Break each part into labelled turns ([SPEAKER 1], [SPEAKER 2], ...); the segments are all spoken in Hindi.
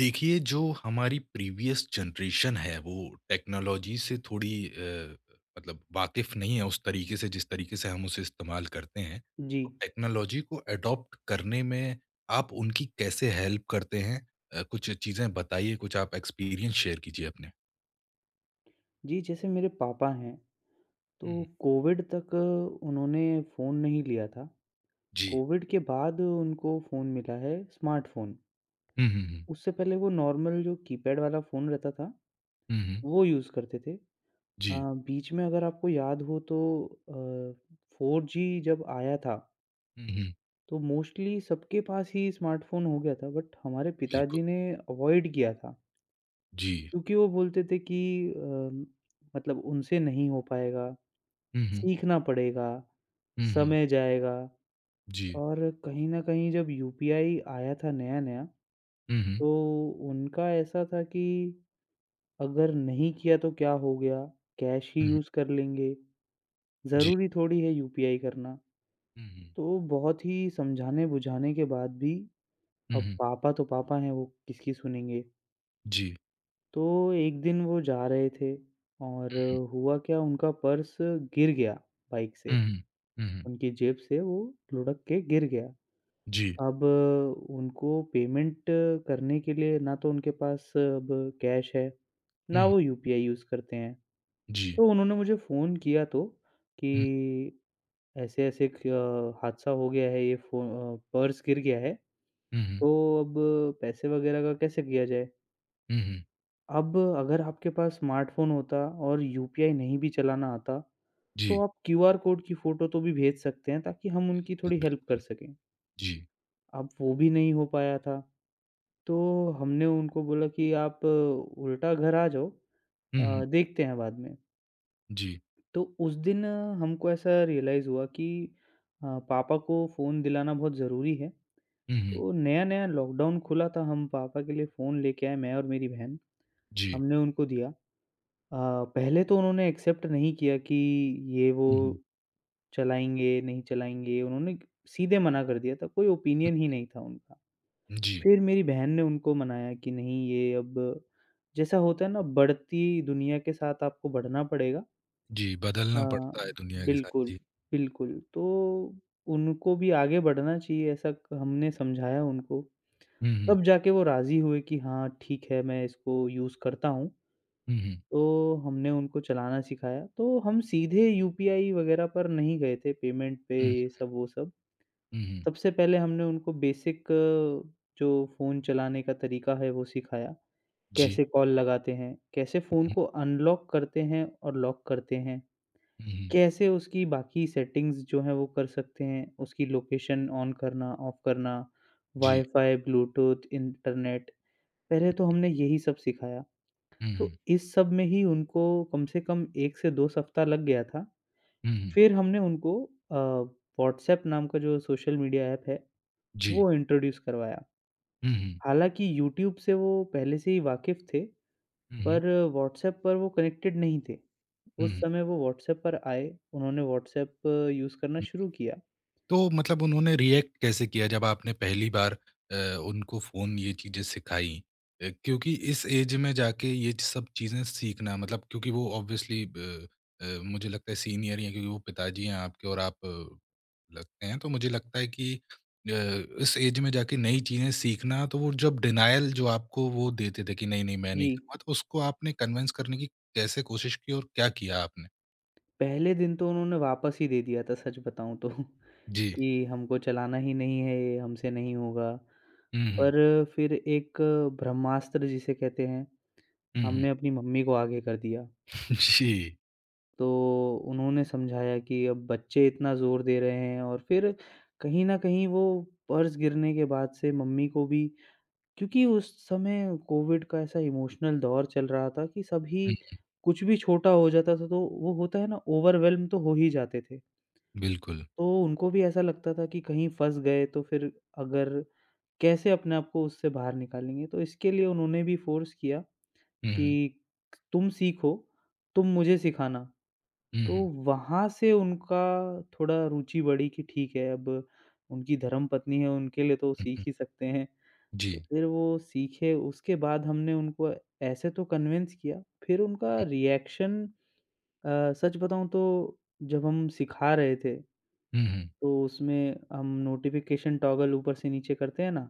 [SPEAKER 1] देखिए, जो हमारी प्रीवियस जनरेशन है, वो टेक्नोलॉजी से थोड़ी मतलब वाकिफ़ नहीं है उस तरीके से, जिस तरीके से हम उसे इस्तेमाल करते हैं।
[SPEAKER 2] जी,
[SPEAKER 1] तो टेक्नोलॉजी को अडॉप्ट करने में आप उनकी कैसे हेल्प करते हैं? कुछ चीज़ें बताइए, कुछ आप एक्सपीरियंस शेयर कीजिए अपने।
[SPEAKER 2] जी, जैसे मेरे पापा हैं,
[SPEAKER 1] हुँ,
[SPEAKER 2] तो
[SPEAKER 1] हुँ।
[SPEAKER 2] कोविड तक उन्होंने फ़ोन नहीं लिया था।
[SPEAKER 1] जी।
[SPEAKER 2] कोविड के बाद उनको फ़ोन मिला है स्मार्टफ़ोन।
[SPEAKER 1] हुँ, हुँ, हुँ।
[SPEAKER 2] उससे पहले वो नॉर्मल जो कीपैड वाला फ़ोन रहता था,
[SPEAKER 1] हुँ, हुँ।
[SPEAKER 2] वो यूज़ करते थे। अ,
[SPEAKER 1] जी।
[SPEAKER 2] बीच में अगर आपको याद हो तो अ, 4G जब आया था,
[SPEAKER 1] हुँ, हुँ।
[SPEAKER 2] तो मोस्टली सबके पास ही स्मार्टफ़ोन हो गया था, बट हमारे
[SPEAKER 1] बिल्कुल।
[SPEAKER 2] पिताजी ने अवॉइड किया था,
[SPEAKER 1] जी।
[SPEAKER 2] क्योंकि वो बोलते थे कि अ, मतलब उनसे नहीं हो पाएगा,
[SPEAKER 1] हुँ, हुँ।
[SPEAKER 2] सीखना पड़ेगा,
[SPEAKER 1] हुँ, हुँ।
[SPEAKER 2] समय जाएगा
[SPEAKER 1] जी।
[SPEAKER 2] और कहीं न कहीं जब यूपीआई आया था नया-नया,
[SPEAKER 1] हुँ, हुँ।
[SPEAKER 2] तो उनका ऐसा था कि अगर नहीं किया तो क्या हो गया? कैश ही
[SPEAKER 1] हुँ, हुँ।
[SPEAKER 2] यूज़ कर लेंगे,
[SPEAKER 1] जी।
[SPEAKER 2] ज़रूरी थोड़ी है यूपीआई करना।
[SPEAKER 1] हुँ, हुँ।
[SPEAKER 2] तो बहुत ही समझाने-बुझाने के बाद भी
[SPEAKER 1] हुँ,
[SPEAKER 2] अब
[SPEAKER 1] हुँ।
[SPEAKER 2] पापा तो पापा हैं, वो किसकी सुनेंगे।
[SPEAKER 1] जी।
[SPEAKER 2] तो एक दिन वो जा रहे थे और
[SPEAKER 1] हुँ, हुँ।
[SPEAKER 2] हुआ क्या, उनका पर्स गिर गया बाइक से,
[SPEAKER 1] हुँ, हुँ। हुँ, हुँ।
[SPEAKER 2] उनकी जेब से वो लुढ़क के गिर गया।
[SPEAKER 1] जी।
[SPEAKER 2] अब उनको पेमेंट करने के लिए ना तो उनके पास अब कैश है, ना
[SPEAKER 1] हुँ,
[SPEAKER 2] वो यूपीआई यूज़ करते हैं।
[SPEAKER 1] जी।
[SPEAKER 2] तो उन्होंने मुझे फ़ोन किया तो
[SPEAKER 1] हुँ,
[SPEAKER 2] कि ऐसे-ऐसे हादसा हो गया है, पर्स गिर गया है,
[SPEAKER 1] हुँ, हुँ,
[SPEAKER 2] तो अब पैसे वगैरह का कैसे किया जाए?
[SPEAKER 1] हुँ, हुँ,
[SPEAKER 2] अब अगर आपके पास स्मार्टफ़ोन होता और यूपीआई नहीं भी चलाना आता, तो
[SPEAKER 1] जी,
[SPEAKER 2] आप क्यूआर कोड की फ़ोटो तो भी भेज सकते हैं ताकि हम उनकी थोड़ी
[SPEAKER 1] बिल्कुल,
[SPEAKER 2] हेल्प कर सकें।
[SPEAKER 1] जी।
[SPEAKER 2] अब वो भी नहीं हो पाया था। तो हमने उनको बोला कि आप उल्टा घर आ जाओ,
[SPEAKER 1] हुँ, हुँ,
[SPEAKER 2] देखते हैं बाद में।
[SPEAKER 1] जी,
[SPEAKER 2] तो उस दिन हमको ऐसा रियलाइज़ हुआ कि पापा को फ़ोन दिलाना बहुत ज़रूरी है।
[SPEAKER 1] हुँ, हुँ,
[SPEAKER 2] तो नया-नया लॉकडाउन खुला था, हम पापा के लिए फ़ोन लेके आए, मैं और मेरी बहन,
[SPEAKER 1] जी,
[SPEAKER 2] हमने उनको दिया। अ, पहले तो उन्होंने एक्सेप्ट नहीं किया कि ये वो
[SPEAKER 1] हुँ, हुँ,
[SPEAKER 2] चलाएँगे, नहीं चलाएँगे, उन्होंने सीधे मना कर दिया था, कोई ओपिनियन ही
[SPEAKER 1] हुँ,
[SPEAKER 2] नहीं था उनका।
[SPEAKER 1] जी,
[SPEAKER 2] फिर मेरी बहन ने उनको मनाया कि नहीं ये अब जैसा होता है ना, बढ़ती दुनिया के साथ आपको बढ़ना पड़ेगा,
[SPEAKER 1] जी,
[SPEAKER 2] अ,
[SPEAKER 1] बदलना पड़ता है दुनिया के साथ,
[SPEAKER 2] बिल्कुल,
[SPEAKER 1] जी।
[SPEAKER 2] बिल्कुल। तो उनको भी आगे बढ़ना चाहिए, ऐसा क हमने समझाया उनको।
[SPEAKER 1] हुँ, हुँ,
[SPEAKER 2] तब जाके वो राज़ी हुए कि हाँ, ठीक है मैं इसको यूज़ करता हूँ।
[SPEAKER 1] हुँ, हुँ,
[SPEAKER 2] तो हमने उनको चलाना सिखाया। तो हम सीधे यूपीआई वगैरह पर नहीं गए थे, पेमेंट पे
[SPEAKER 1] हुँ,
[SPEAKER 2] ये सब वो सब।
[SPEAKER 1] हुँ, हुँ,
[SPEAKER 2] सबसे पहले हमने उनको बेसिक जो फ़ोन चलाने का तरीका है वो सिखाया।
[SPEAKER 1] जी,
[SPEAKER 2] कैसे कॉल लगाते हैं, कैसे
[SPEAKER 1] हुँ,
[SPEAKER 2] फ़ोन
[SPEAKER 1] हुँ,
[SPEAKER 2] को अनलॉक करते हैं और लॉक करते हैं,
[SPEAKER 1] हुँ, हुँ,
[SPEAKER 2] कैसे उसकी बाकी सेटिंग्स जो हैं वो कर सकते हैं, उसकी लोकेशन ऑन करना, ऑफ करना,
[SPEAKER 1] जी,
[SPEAKER 2] वाई-फाई, ब्लूटूथ, इंटरनेट, पहले तो हमने यही सब सिखाया।
[SPEAKER 1] हुँ,
[SPEAKER 2] तो
[SPEAKER 1] हुँ,
[SPEAKER 2] इस सब में ही उनको कम से कम 1 से 2 सप्ताह लग गया था।
[SPEAKER 1] हुँ, हुँ,
[SPEAKER 2] फिर हमने उनको अ, व्हाट्सऐप नाम का जो सोशल मीडिया ऐप है,
[SPEAKER 1] जी,
[SPEAKER 2] वो इंट्रोड्यूस करवाया।
[SPEAKER 1] हुँ, हुँ,
[SPEAKER 2] हालाँकि यूट्यूब से वो पहले से ही वाकिफ़ थे,
[SPEAKER 1] हुँ, हुँ,
[SPEAKER 2] पर व्हाट्सएप पर वो कनेक्टेड नहीं थे।
[SPEAKER 1] हुँ,
[SPEAKER 2] उस
[SPEAKER 1] हुँ।
[SPEAKER 2] समय वो व्हाट्सएप पर आए, उन्होंने व्हाट्सएप यूज़ करना शुरू किया।
[SPEAKER 1] तो मतलब उन्होंने रिएक्ट कैसे किया जब आपने पहली बार अ, उनको फ़ोन ये चीज़ें सिखाई? क्योंकि इस एज में जाके ये सब चीज़ें सीखना मतलब क्योंकि वो ऑब्वियसली मुझे लगता है सीनियर हैं क्योंकि वो पिताजी हैं आपके और आप लगते हैं। तो मुझे लगता है कि इस एज में जाके नई चीज़ें सीखना तो वो जब डिनायल जो आपको वो देते थे कि नहीं-नहीं मैं
[SPEAKER 2] जी,
[SPEAKER 1] नहीं करूँगा, तो उसको आपने कन्विंस करने की कैसे कोशिश की और क्या किया आपने?
[SPEAKER 2] पहले दिन तो उन्होंने वापस ही दे दिया था, सच बताऊँ तो
[SPEAKER 1] जी।
[SPEAKER 2] कि हमको चलाना ही नहीं है ये, हमसे नहीं होगा।
[SPEAKER 1] हुँ, हुँ।
[SPEAKER 2] पर फिर एक ब्रह्मास्त्र जिसे कहते हैं,
[SPEAKER 1] हुँ, हुँ।
[SPEAKER 2] हमने अपनी मम्मी को आगे कर दिया।
[SPEAKER 1] जी।
[SPEAKER 2] तो उन्होंने समझाया कि अब बच्चे इतना ज़ोर दे रहे हैं और फिर कहीं न कहीं वो पर्स गिरने के बाद से मम्मी को भी, क्योंकि उस समय कोविड का ऐसा इमोशनल दौर चल रहा था कि सभी
[SPEAKER 1] हुँ,
[SPEAKER 2] कुछ भी छोटा हो जाता था, तो वो होता है ना, ओवरवेल्म तो हो ही जाते थे।
[SPEAKER 1] बिल्कुल।
[SPEAKER 2] तो उनको भी ऐसा लगता था कि कहीं फँस गए तो फिर अगर कैसे अपने आप को उससे बाहर निकालेंगे? तो इसके लिए उन्होंने भी फ़ोर्स किया
[SPEAKER 1] हुँ, हुँ।
[SPEAKER 2] कि तुम सीखो, तुम मुझे सिखाना।
[SPEAKER 1] हुँ,
[SPEAKER 2] तो
[SPEAKER 1] हुँ।
[SPEAKER 2] वहाँ से उनका थोड़ा रुचि बढ़ी कि ठीक है, अब उनकी धर्मपत्नी है उनके लिए तो वो
[SPEAKER 1] हुँ,
[SPEAKER 2] सीख
[SPEAKER 1] हुँ।
[SPEAKER 2] ही सकते हैं। तो
[SPEAKER 1] जी।
[SPEAKER 2] फिर वो सीखे, उसके बाद हमने उनको ऐसे तो कन्विंस किया, फिर उनका रिएक्शन, सच बताऊँ तो जब हम सिखा रहे थे,
[SPEAKER 1] हुँ, हुँ।
[SPEAKER 2] तो उसमें हम नोटिफ़िकेशन टॉगल ऊपर से नीचे करते हैं ना,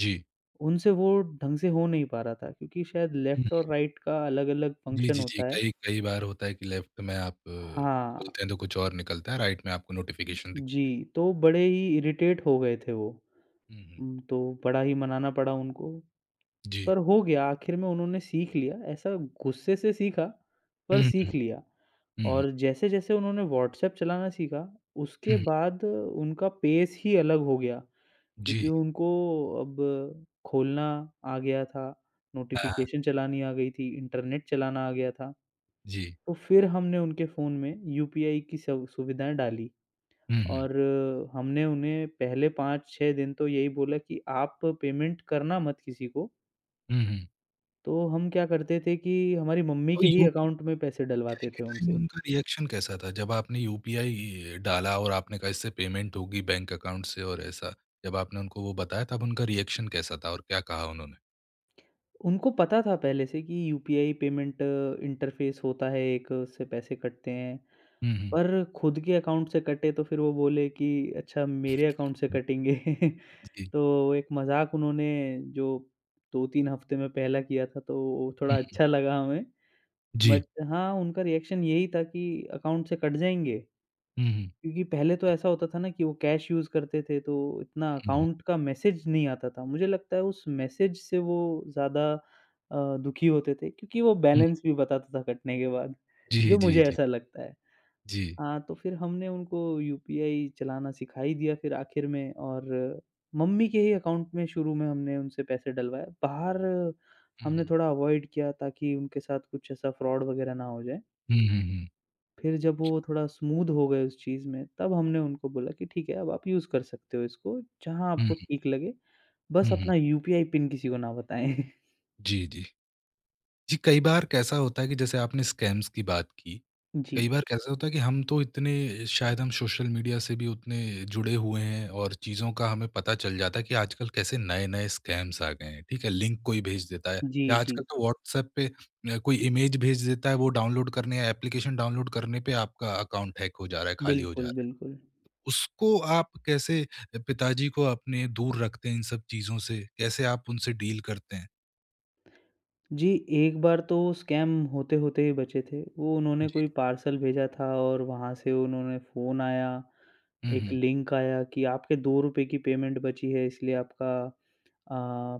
[SPEAKER 1] जी।
[SPEAKER 2] उनसे वो ढंग से हो नहीं पा रहा था क्योंकि शायद
[SPEAKER 1] हुँ।
[SPEAKER 2] लेफ्ट और राइट का अलग-अलग
[SPEAKER 1] जी,
[SPEAKER 2] फंक्शन
[SPEAKER 1] जी, जी।
[SPEAKER 2] होता है।
[SPEAKER 1] कई कई बार होता है कि लेफ्ट में आप
[SPEAKER 2] हाँ,
[SPEAKER 1] खोलते हैं तो कुछ और निकलता है, राइट में आपको नोटिफ़िकेशन दिख
[SPEAKER 2] जी, तो बड़े ही इरिटेट हो गए थे वो।
[SPEAKER 1] हुँ, हुँ।
[SPEAKER 2] तो बड़ा ही मनाना पड़ा उनको।
[SPEAKER 1] जी।
[SPEAKER 2] पर हो गया आखिर में, उन्होंने सीख लिया, ऐसा गुस्से से सीखा,
[SPEAKER 1] हुँ,
[SPEAKER 2] पर
[SPEAKER 1] हुँ।
[SPEAKER 2] सीख लिया।
[SPEAKER 1] हुँ, हुँ।
[SPEAKER 2] और जैसे-जैसे उन्होंने व्हाट्सएप चलाना सीखा,
[SPEAKER 1] हुँ,
[SPEAKER 2] उसके
[SPEAKER 1] हुँ।
[SPEAKER 2] बाद उनका पेस ही अलग हो गया, क्योंकि
[SPEAKER 1] जी।
[SPEAKER 2] उनको अब खोलना आ गया था,
[SPEAKER 1] हाँ, हाँ।
[SPEAKER 2] नोटिफ़िकेशन चलानी आ गई थी, इंटरनेट चलाना आ गया था।
[SPEAKER 1] जी।
[SPEAKER 2] तो फिर हमने उनके फ़ोन में यूपीआई की सव सुविधाएँ डाली
[SPEAKER 1] हुँ, हुँ।
[SPEAKER 2] और हमने उन्हें पहले 5-6 दिन तो यही बोला कि आप पेमेंट करना मत किसी को।
[SPEAKER 1] हुँ, हुँ।
[SPEAKER 2] तो हम क्या करते थे कि हमारी मम्मी
[SPEAKER 1] तो
[SPEAKER 2] के ही अकाउंट में
[SPEAKER 1] यूपीआई
[SPEAKER 2] पैसे डलवाते
[SPEAKER 1] के
[SPEAKER 2] थे
[SPEAKER 1] टाइम
[SPEAKER 2] उनसे।
[SPEAKER 1] उनका रिएक्शन कैसा था? जब आपने यूपीआई डाला और आपने कहा इससे पेमेंट होगी बैंक अकाउंट से और ऐसा, जब आपने उनको वो बताया तब उनका रिएक्शन कैसा था और क्या कहा उन्होंने?
[SPEAKER 2] उनको पता था पहले से कि यूपीआई पेमेंट इंटरफ़ेस होता है एक, उससे पैसे कटते हैं।
[SPEAKER 1] हुँ, हुँ।
[SPEAKER 2] पर खुद के अकाउंट से कटे तो फिर वो बोले कि अच्छा, मेरे अकाउंट से कटेंगे।
[SPEAKER 1] जी।
[SPEAKER 2] तो एक मज़ाक उन्होंने जो 2-3 हफ़्ते में पहला किया था, तो वो
[SPEAKER 1] हुँ,
[SPEAKER 2] थोड़ा
[SPEAKER 1] हुँ।
[SPEAKER 2] अच्छा लगा हमें।
[SPEAKER 1] जी।
[SPEAKER 2] बट हाँ, उनका रिएक्शन यही था कि अकाउंट से कट जाएँगे।
[SPEAKER 1] हुँ, हुँ।
[SPEAKER 2] क्योंकि पहले तो ऐसा होता था ना कि वो कैश यूज़ करते थे, तो इतना
[SPEAKER 1] हुँ, हुँ।
[SPEAKER 2] अकाउंट का मैसेज नहीं आता था। मुझे लगता है उस मैसेज से वो ज़्यादा दुखी होते थे, क्योंकि वो
[SPEAKER 1] हुँ।
[SPEAKER 2] बैलेंस भी बताता था कटने के बाद,
[SPEAKER 1] जी,
[SPEAKER 2] जो
[SPEAKER 1] जी,
[SPEAKER 2] मुझे
[SPEAKER 1] जी,
[SPEAKER 2] ऐसा लगता है।
[SPEAKER 1] जी।
[SPEAKER 2] हाँ, तो फिर हमने उनको यूपीआई चलाना सिखा ही दिया फिर आखिर में, और मम्मी के ही अकाउंट में शुरू में हमने उनसे पैसे डलवाए। बाहर
[SPEAKER 1] हुँ,
[SPEAKER 2] हमने
[SPEAKER 1] हुँ।
[SPEAKER 2] थोड़ा अवॉइड किया ताकि उनके साथ कुछ ऐसा फ्रॉड वगैरह ना हो जाए।
[SPEAKER 1] हुँ, हुँ, हुँ।
[SPEAKER 2] फिर जब वो थोड़ा स्मूद हो गए उस चीज़ में, तब हमने उनको बोला कि ठीक है, अब आप यूज़ कर सकते हो इसको, जहाँ
[SPEAKER 1] हुँ, हुँ,
[SPEAKER 2] आपको ठीक लगे। बस
[SPEAKER 1] हुँ, हुँ।
[SPEAKER 2] अपना यूपीआई पिन किसी को ना बताएँ।
[SPEAKER 1] जी, जी। जी, कई बार कैसा होता है कि जैसे आपने स्कैम्स की बात की,
[SPEAKER 2] जी।
[SPEAKER 1] कई बार कैसा होता है कि हम तो इतने शायद हम सोशल मीडिया से भी उतने जुड़े हुए हैं और चीज़ों का हमें पता चल जाता है कि आजकल कैसे नए-नए स्कैम्स आ गए हैं, ठीक है? लिंक कोई भेज देता है
[SPEAKER 2] जी,
[SPEAKER 1] या
[SPEAKER 2] जी।
[SPEAKER 1] आजकल तो व्हाट्सएप पे कोई इमेज भेज देता है, वो डाउनलोड करने या एप्लीकेशन डाउनलोड करने पे आपका अकाउंट हैक हो जा रहा है, खाली हो जा
[SPEAKER 2] बिल्कुल,
[SPEAKER 1] रहा है।
[SPEAKER 2] बिल्कुल।
[SPEAKER 1] उसको आप कैसे पिताजी को अपने दूर रखते हैं इन सब चीज़ों से? कैसे आप उनसे डील करते हैं?
[SPEAKER 2] जी, एक बार तो स्कैम होते-होते ही बचे थे। वो उन्होंने
[SPEAKER 1] जी।
[SPEAKER 2] कोई पार्सल भेजा था और वहाँ से उन्होंने फ़ोन आया,
[SPEAKER 1] हुँ,
[SPEAKER 2] एक
[SPEAKER 1] हुँ।
[SPEAKER 2] लिंक आया कि आपके ₹2 की पेमेंट बची है इसलिए आपका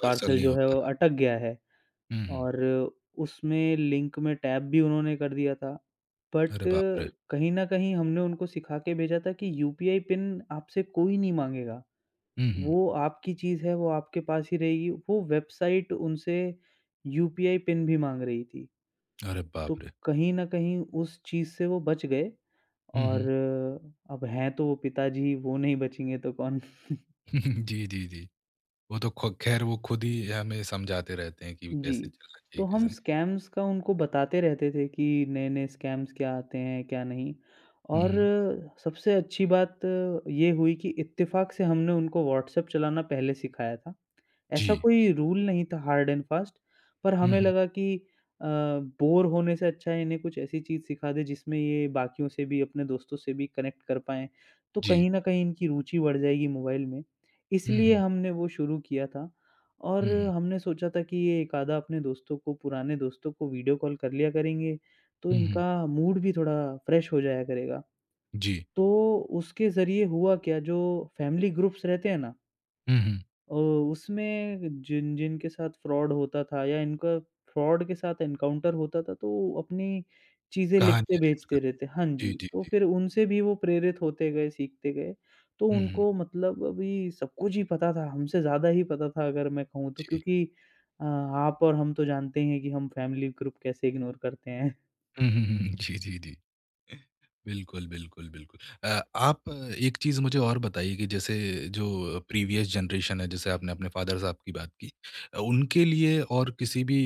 [SPEAKER 1] रिहर्सल
[SPEAKER 2] पार्सल
[SPEAKER 1] नहीं
[SPEAKER 2] जो
[SPEAKER 1] हो
[SPEAKER 2] है
[SPEAKER 1] पा
[SPEAKER 2] वो
[SPEAKER 1] रहा।
[SPEAKER 2] अटक गया है।
[SPEAKER 1] हुँ, हुँ।
[SPEAKER 2] और उसमें लिंक में टैप भी उन्होंने कर दिया था। बट
[SPEAKER 1] अरे बाप रे!
[SPEAKER 2] कहीं न कहीं हमने उनको सिखा के भेजा था कि यूपीआई पिन आपसे कोई नहीं माँगेगा।
[SPEAKER 1] हुँ, हुँ।
[SPEAKER 2] वो आपकी चीज़ है, वो आपके पास ही रहेगी। वो वेबसाइट उनसे यूपीआई पिन भी माँग रही थी।
[SPEAKER 1] अरे
[SPEAKER 2] तो
[SPEAKER 1] बाप रे!
[SPEAKER 2] कहीं न कहीं उस चीज़ से वो बच गए,
[SPEAKER 1] हुँ,
[SPEAKER 2] और
[SPEAKER 1] हुँ।
[SPEAKER 2] अब हैं तो वो पिताजी, वो नहीं बचेंगे तो कौन।
[SPEAKER 1] जी, जी, जी। वो तो ख़ु ख़ैर वो खुद ही हमें समझाते रहते हैं कि
[SPEAKER 2] जी।
[SPEAKER 1] कैसे चलना चाहिए,
[SPEAKER 2] तो
[SPEAKER 1] कैसे
[SPEAKER 2] हम
[SPEAKER 1] नहीं।
[SPEAKER 2] स्कैम्स का उनको बताते रहते थे कि नए-नए स्कैम्स क्या आते हैं, क्या नहीं,
[SPEAKER 1] हुँ, हुँ।
[SPEAKER 2] और सबसे अच्छी बात ये हुई कि इत्तेफ़ाक से हमने उनको व्हाट्सएप चलाना पहले सिखाया था। ऐसा
[SPEAKER 1] जी।
[SPEAKER 2] कोई रूल नहीं था हार्ड एंड फास्ट, पर
[SPEAKER 1] हुँ,
[SPEAKER 2] हमें
[SPEAKER 1] हुँ।
[SPEAKER 2] लगा कि अ, बोर होने से अच्छा है इन्हें कुछ ऐसी चीज़ सिखा दें जिसमें ये बाकियों से भी, अपने दोस्तों से भी कनेक्ट कर पाएँ, तो
[SPEAKER 1] जी।
[SPEAKER 2] कहीं न कहीं इनकी रुचि बढ़ जाएगी मोबाइल में,
[SPEAKER 1] हुँ,
[SPEAKER 2] इसलिए
[SPEAKER 1] हुँ।
[SPEAKER 2] हमने वो शुरू किया था। और
[SPEAKER 1] हुँ, हुँ।
[SPEAKER 2] हमने सोचा था कि ये एक आधा अपने दोस्तों को, पुराने दोस्तों को वीडियो कॉल कर लिया करेंगे, तो
[SPEAKER 1] हुँ, हुँ।
[SPEAKER 2] इनका मूड भी थोड़ा फ्रेश हो जाया करेगा।
[SPEAKER 1] जी।
[SPEAKER 2] तो उसके ज़रिए हुआ क्या, जो फैमिली ग्रुप्स रहते हैं ना,
[SPEAKER 1] हुँ, हुँ।
[SPEAKER 2] उसमें जिन जिनके साथ फ्रॉड होता था या इनका फ्रॉड के साथ एनकाउंटर होता था, तो वो अपनी चीज़ें लिखते
[SPEAKER 1] कहानियाँ शेयर
[SPEAKER 2] भेजते
[SPEAKER 1] करते
[SPEAKER 2] रहते, हाँ
[SPEAKER 1] जी,
[SPEAKER 2] जी,
[SPEAKER 1] जी,
[SPEAKER 2] तो
[SPEAKER 1] जी।
[SPEAKER 2] फिर उनसे भी वो प्रेरित होते गए, सीखते गए। तो
[SPEAKER 1] हुँ, हुँ।
[SPEAKER 2] उनको मतलब अभी सब कुछ ही पता था, हमसे ज़्यादा ही पता था अगर मैं कहूँ तो,
[SPEAKER 1] जी।
[SPEAKER 2] क्योंकि आप और हम तो जानते ही हैं कि हम फैमिली ग्रुप कैसे इग्नोर करते हैं।
[SPEAKER 1] हुँ, हुँ, हुँ। जी, जी, जी। बिल्कुल, बिल्कुल, बिल्कुल। आप एक चीज़ मुझे और बताइए कि जैसे जो प्रीवियस जनरेशन है, जैसे आपने अपने फ़ादर साहब की बात की। उनके लिए और किसी भी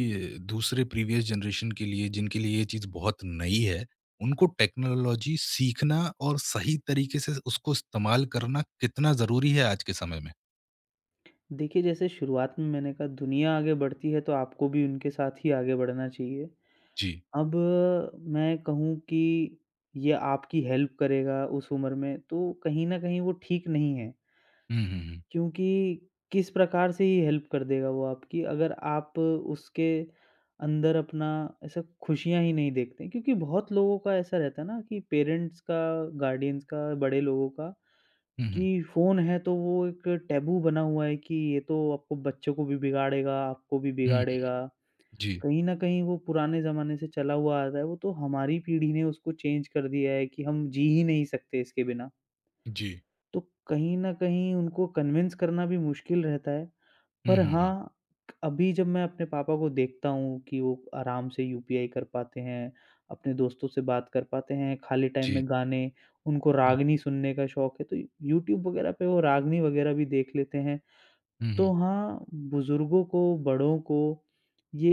[SPEAKER 1] दूसरे प्रीवियस जनरेशन के लिए जिनके लिए ये चीज़ बहुत नई है, उनको टेक्नोलॉजी सीखना और सही तरीके से उसको इस्तेमाल करना कितना ज़रूरी है आज के समय में?
[SPEAKER 2] देखिए, जैसे शुरुआत में मैंने कहा, दुनिया आगे बढ़ती है तो आपको भी उनके साथ ही आगे बढ़ना चाहिए।
[SPEAKER 1] जी।
[SPEAKER 2] अब मैं कहूँ कि ये आपकी हेल्प करेगा उस उम्र में, तो कहीं न कहीं वो ठीक नहीं है,
[SPEAKER 1] हुँ, हुँ, हुँ।
[SPEAKER 2] क्योंकि किस प्रकार से ही हेल्प कर देगा वो आपकी अगर आप उसके अंदर अपना ऐसा खुशियाँ ही नहीं देखते। क्योंकि बहुत लोगों का ऐसा रहता है ना कि पेरेंट्स का, गार्डियंस का, बड़े लोगों का
[SPEAKER 1] हुँ, हुँ।
[SPEAKER 2] कि फ़ोन है तो वो एक टैबू बना हुआ है कि ये तो आपको बच्चों को भी बिगाड़ेगा, आपको भी
[SPEAKER 1] हुँ, हुँ।
[SPEAKER 2] बिगाड़ेगा।
[SPEAKER 1] जी,
[SPEAKER 2] कहीं न कहीं वो पुराने ज़माने से चला हुआ आ रहा है, वो तो हमारी पीढ़ी ने उसको चेंज कर दिया है कि हम जी ही नहीं सकते इसके बिना।
[SPEAKER 1] जी।
[SPEAKER 2] तो कहीं न कहीं उनको कन्विंस करना भी मुश्किल रहता है।
[SPEAKER 1] हुँ,
[SPEAKER 2] पर
[SPEAKER 1] हुँ, हुँ।
[SPEAKER 2] हाँ, अभी जब मैं अपने पापा को देखता हूँ कि वो आराम से यूपीआई कर पाते हैं, अपने दोस्तों से बात कर पाते हैं, खाली टाइम
[SPEAKER 1] जी।
[SPEAKER 2] में गाने, उनको
[SPEAKER 1] हुँ,
[SPEAKER 2] रागनी सुनने का शौक है, तो यूट्यूब वगैरह पे वो रागनी वगैरह भी देख लेते हैं।
[SPEAKER 1] हुँ, हुँ।
[SPEAKER 2] तो हाँ, बुज़ुर्गों को, बड़ों को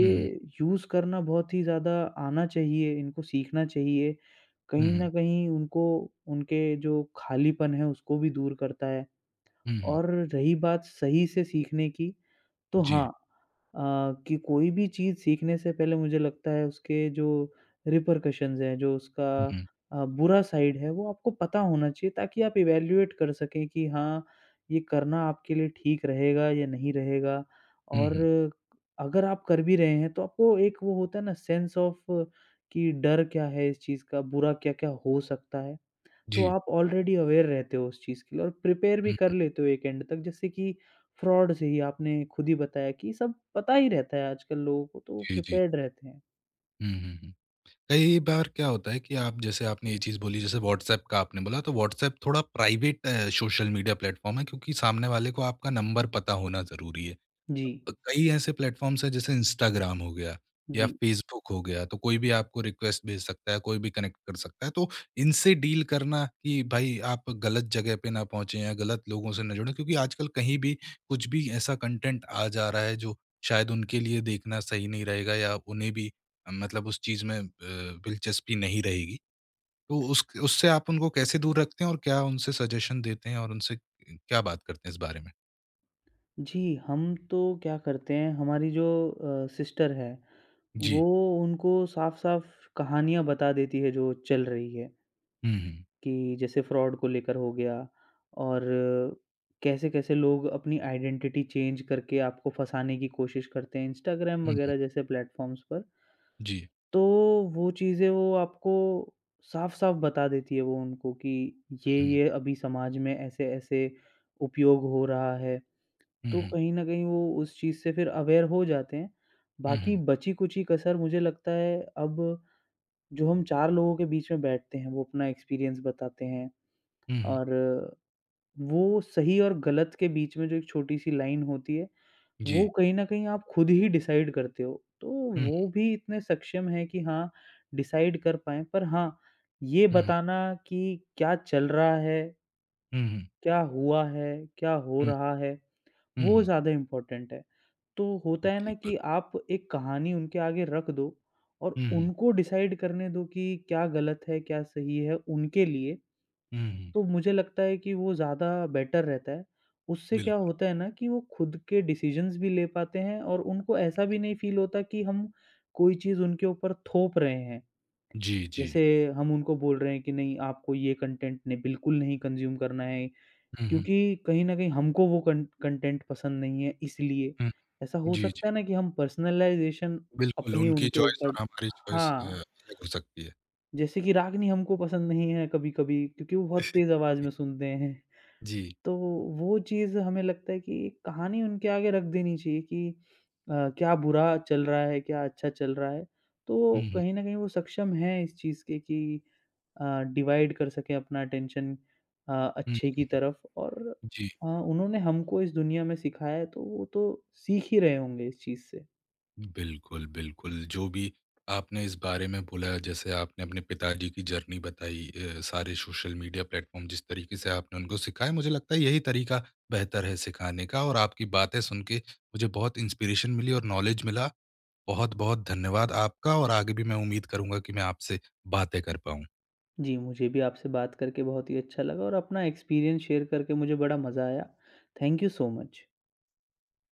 [SPEAKER 1] हुँ, हुँ।
[SPEAKER 2] यूज़ करना बहुत ही ज़्यादा आना चाहिए, इनको सीखना चाहिए।
[SPEAKER 1] हुँ,
[SPEAKER 2] कहीं
[SPEAKER 1] हुँ।
[SPEAKER 2] न कहीं उनको, उनके जो खालीपन है उसको भी दूर करता है।
[SPEAKER 1] हुँ, हुँ।
[SPEAKER 2] और रही बात सही से सीखने की, तो
[SPEAKER 1] जी।
[SPEAKER 2] हाँ, कि कोई भी चीज़ सीखने से पहले मुझे लगता है उसके जो रिपरकशंस हैं, जो
[SPEAKER 1] हुँ,
[SPEAKER 2] उसका
[SPEAKER 1] हुँ।
[SPEAKER 2] बुरा साइड है वो आपको पता होना चाहिए ताकि आप इवैल्यूएट कर सकें कि हाँ, ये करना आपके लिए ठीक रहेगा या नहीं रहेगा।
[SPEAKER 1] हुँ,
[SPEAKER 2] और
[SPEAKER 1] हुँ।
[SPEAKER 2] अगर आप कर भी रहे हैं तो आपको एक वो होता है ना, सेंस ऑफ कि डर क्या है इस चीज़ का, बुरा क्या-क्या हो सकता है। तो
[SPEAKER 1] जी।
[SPEAKER 2] आप ऑलरेडी अवेयर रहते हो उस चीज़ के लिए और प्रिपेयर भी
[SPEAKER 1] हुँ,
[SPEAKER 2] कर लेते हो एक एंड तक, जैसे कि फ्रॉड से ही आपने खुद ही बताया कि सब पता ही रहता है आजकल लोगों को, तो
[SPEAKER 1] जी, जी।
[SPEAKER 2] प्रिपेयर्ड रहते हैं।
[SPEAKER 1] हुँ, हुँ, हुँ। कई बार क्या होता है कि आप जैसे आपने ये चीज़ बोली जैसे व्हाट्सएप का आपने बोला तो व्हाट्सएप थोड़ा प्राइवेट सोशल मीडिया प्लेटफ़ॉर्म है क्योंकि सामने वाले को आपका नंबर पता होना ज़रूरी है।
[SPEAKER 2] जी,
[SPEAKER 1] कई ऐसे प्लेटफ़ॉर्म्स हैं जैसे इंस्टाग्राम हो गया या
[SPEAKER 2] जी।
[SPEAKER 1] फ़ेसबुक हो गया, तो कोई भी आपको रिक्वेस्ट भेज सकता है, कोई भी कनेक्ट कर सकता है। तो इनसे डील करना कि भाई आप गलत जगह पे ना पहुँचे या गलत लोगों से ना जुड़ें क्योंकि आजकल कहीं भी कुछ भी ऐसा कंटेंट आ जा रहा है जो शायद उनके लिए देखना सही नहीं रहेगा या उन्हें भी मतलब उस चीज़ में दिलचस्पी नहीं रहेगी। तो उस उससे आप उनको कैसे दूर रखते हैं और क्या उनसे सजेशन देते हैं और उनसे क्या बात करते हैं इस बारे में?
[SPEAKER 2] जी, हम तो क्या करते हैं, हमारी जो सिस्टर है, वो
[SPEAKER 1] जी।
[SPEAKER 2] उनको साफ-साफ कहानियाँ बता देती है जो चल रही है,
[SPEAKER 1] हुँ, हुँ।
[SPEAKER 2] कि जैसे फ्रॉड को लेकर हो गया, और कैसे-कैसे लोग अपनी आइडेंटिटी चेंज करके आपको फँसाने की कोशिश करते हैं इंस्टाग्राम
[SPEAKER 1] हुँ, हुँ।
[SPEAKER 2] वगैरह जैसे प्लेटफ़ॉर्म्स पर।
[SPEAKER 1] जी।
[SPEAKER 2] तो वो चीज़ें वो आपको साफ-साफ बता देती है, वो उनको कि ये,
[SPEAKER 1] हुँ।
[SPEAKER 2] ये अभी समाज में ऐसे-ऐसे उपयोग हो रहा है।
[SPEAKER 1] हुँ,
[SPEAKER 2] तो
[SPEAKER 1] हुँ।
[SPEAKER 2] कहीं न कहीं वो उस चीज़ से फिर अवेयर हो जाते हैं।
[SPEAKER 1] हुँ,
[SPEAKER 2] बाकी
[SPEAKER 1] हुँ।
[SPEAKER 2] बची-कुची कसर मुझे लगता है अब जो हम 4 लोगों के बीच में बैठते हैं, वो अपना एक्सपीरियंस बताते हैं,
[SPEAKER 1] हुँ, हुँ।
[SPEAKER 2] और वो सही और गलत के बीच में जो एक छोटी-सी लाइन होती है,
[SPEAKER 1] जी।
[SPEAKER 2] वो कहीं न कहीं आप खुद ही डिसाइड करते हो, तो
[SPEAKER 1] हुँ,
[SPEAKER 2] वो भी इतने सक्षम हैं कि हाँ, डिसाइड कर पाएँ। पर हाँ, ये
[SPEAKER 1] हुँ,
[SPEAKER 2] बताना कि क्या चल रहा है,
[SPEAKER 1] हुँ, हुँ,
[SPEAKER 2] क्या हुआ है, क्या हो
[SPEAKER 1] हुँ,
[SPEAKER 2] रहा है,
[SPEAKER 1] हुँ,
[SPEAKER 2] वो
[SPEAKER 1] हुँ।
[SPEAKER 2] ज़्यादा इम्पोर्टेंट है। तो होता है ना
[SPEAKER 1] बिल्कुल।
[SPEAKER 2] कि आप एक कहानी उनके आगे रख दो और
[SPEAKER 1] हुँ, हुँ,
[SPEAKER 2] उनको डिसाइड करने दो कि क्या गलत है, क्या सही है उनके लिए।
[SPEAKER 1] हुँ, हुँ।
[SPEAKER 2] तो मुझे लगता है कि वो ज़्यादा बेटर रहता है। उससे क्या
[SPEAKER 1] बिल्कुल।
[SPEAKER 2] होता है ना कि वो खुद के डिसीज़न्स भी ले पाते हैं और उनको ऐसा भी नहीं फ़ील होता कि हम कोई चीज़ उनके ऊपर थोप रहे हैं।
[SPEAKER 1] जी, जी।
[SPEAKER 2] जैसे हम उनको बोल रहे हैं कि नहीं, आपको ये कंटेंट ने बिल्कुल नहीं कंज़्यूम करना है
[SPEAKER 1] हुँ, हुँ,
[SPEAKER 2] क्योंकि कहीं न कहीं हमको वो कं कंटेंट पसंद नहीं है इसलिए।
[SPEAKER 1] हुँ।
[SPEAKER 2] ऐसा हो
[SPEAKER 1] जी, जी।
[SPEAKER 2] सकता है ना कि हम पर्सनलाइज़ेशन
[SPEAKER 1] बिल्कुल,
[SPEAKER 2] अपनी
[SPEAKER 1] उनकी
[SPEAKER 2] उनके
[SPEAKER 1] चॉइस और
[SPEAKER 2] ऊपर,
[SPEAKER 1] हमारी चॉइस
[SPEAKER 2] हाँ,
[SPEAKER 1] अलग हो सकती है।
[SPEAKER 2] जैसे कि रागनी हमको पसंद नहीं है कभी-कभी क्योंकि वो बहुत तेज़ आवाज़ में सुनते हैं।
[SPEAKER 1] जी।
[SPEAKER 2] तो वो चीज़ हमें लगता है कि एक कहानी उनके आगे रख देनी चाहिए कि क्या बुरा चल रहा है, क्या अच्छा चल रहा है। तो
[SPEAKER 1] हुँ, हुँ,
[SPEAKER 2] कहीं न कहीं वो सक्षम हैं इस चीज़ के कि अ, डिवाइड कर सकें अपना अटेंशन
[SPEAKER 1] हुँ,
[SPEAKER 2] अच्छे की
[SPEAKER 1] हुँ।
[SPEAKER 2] तरफ और
[SPEAKER 1] जी।
[SPEAKER 2] उन्होंने हमको इस दुनिया में सिखाया है, तो वो तो सीख ही रहे होंगे इस चीज़ से।
[SPEAKER 1] बिल्कुल, बिल्कुल। जो भी आपने इस बारे में बोला, जैसे आपने अपने पिताजी की जर्नी बताई सारे सोशल मीडिया प्लेटफ़ॉर्म जिस तरीके से आपने उनको सिखाया, मुझे लगता है यही तरीका बेहतर है सिखाने का और आपकी बातें सुन के मुझे बहुत इंस्पिरेशन मिली और नॉलेज मिला। बहुत-बहुत धन्यवाद आपका और आगे भी मैं उम्मीद करूँगा कि मैं आपसे बातें कर पाऊँ।
[SPEAKER 2] जी, मुझे भी आपसे बात करके बहुत ही अच्छा लगा और अपना एक्सपीरियंस शेयर करके मुझे बड़ा मज़ा आया। Thank you so much.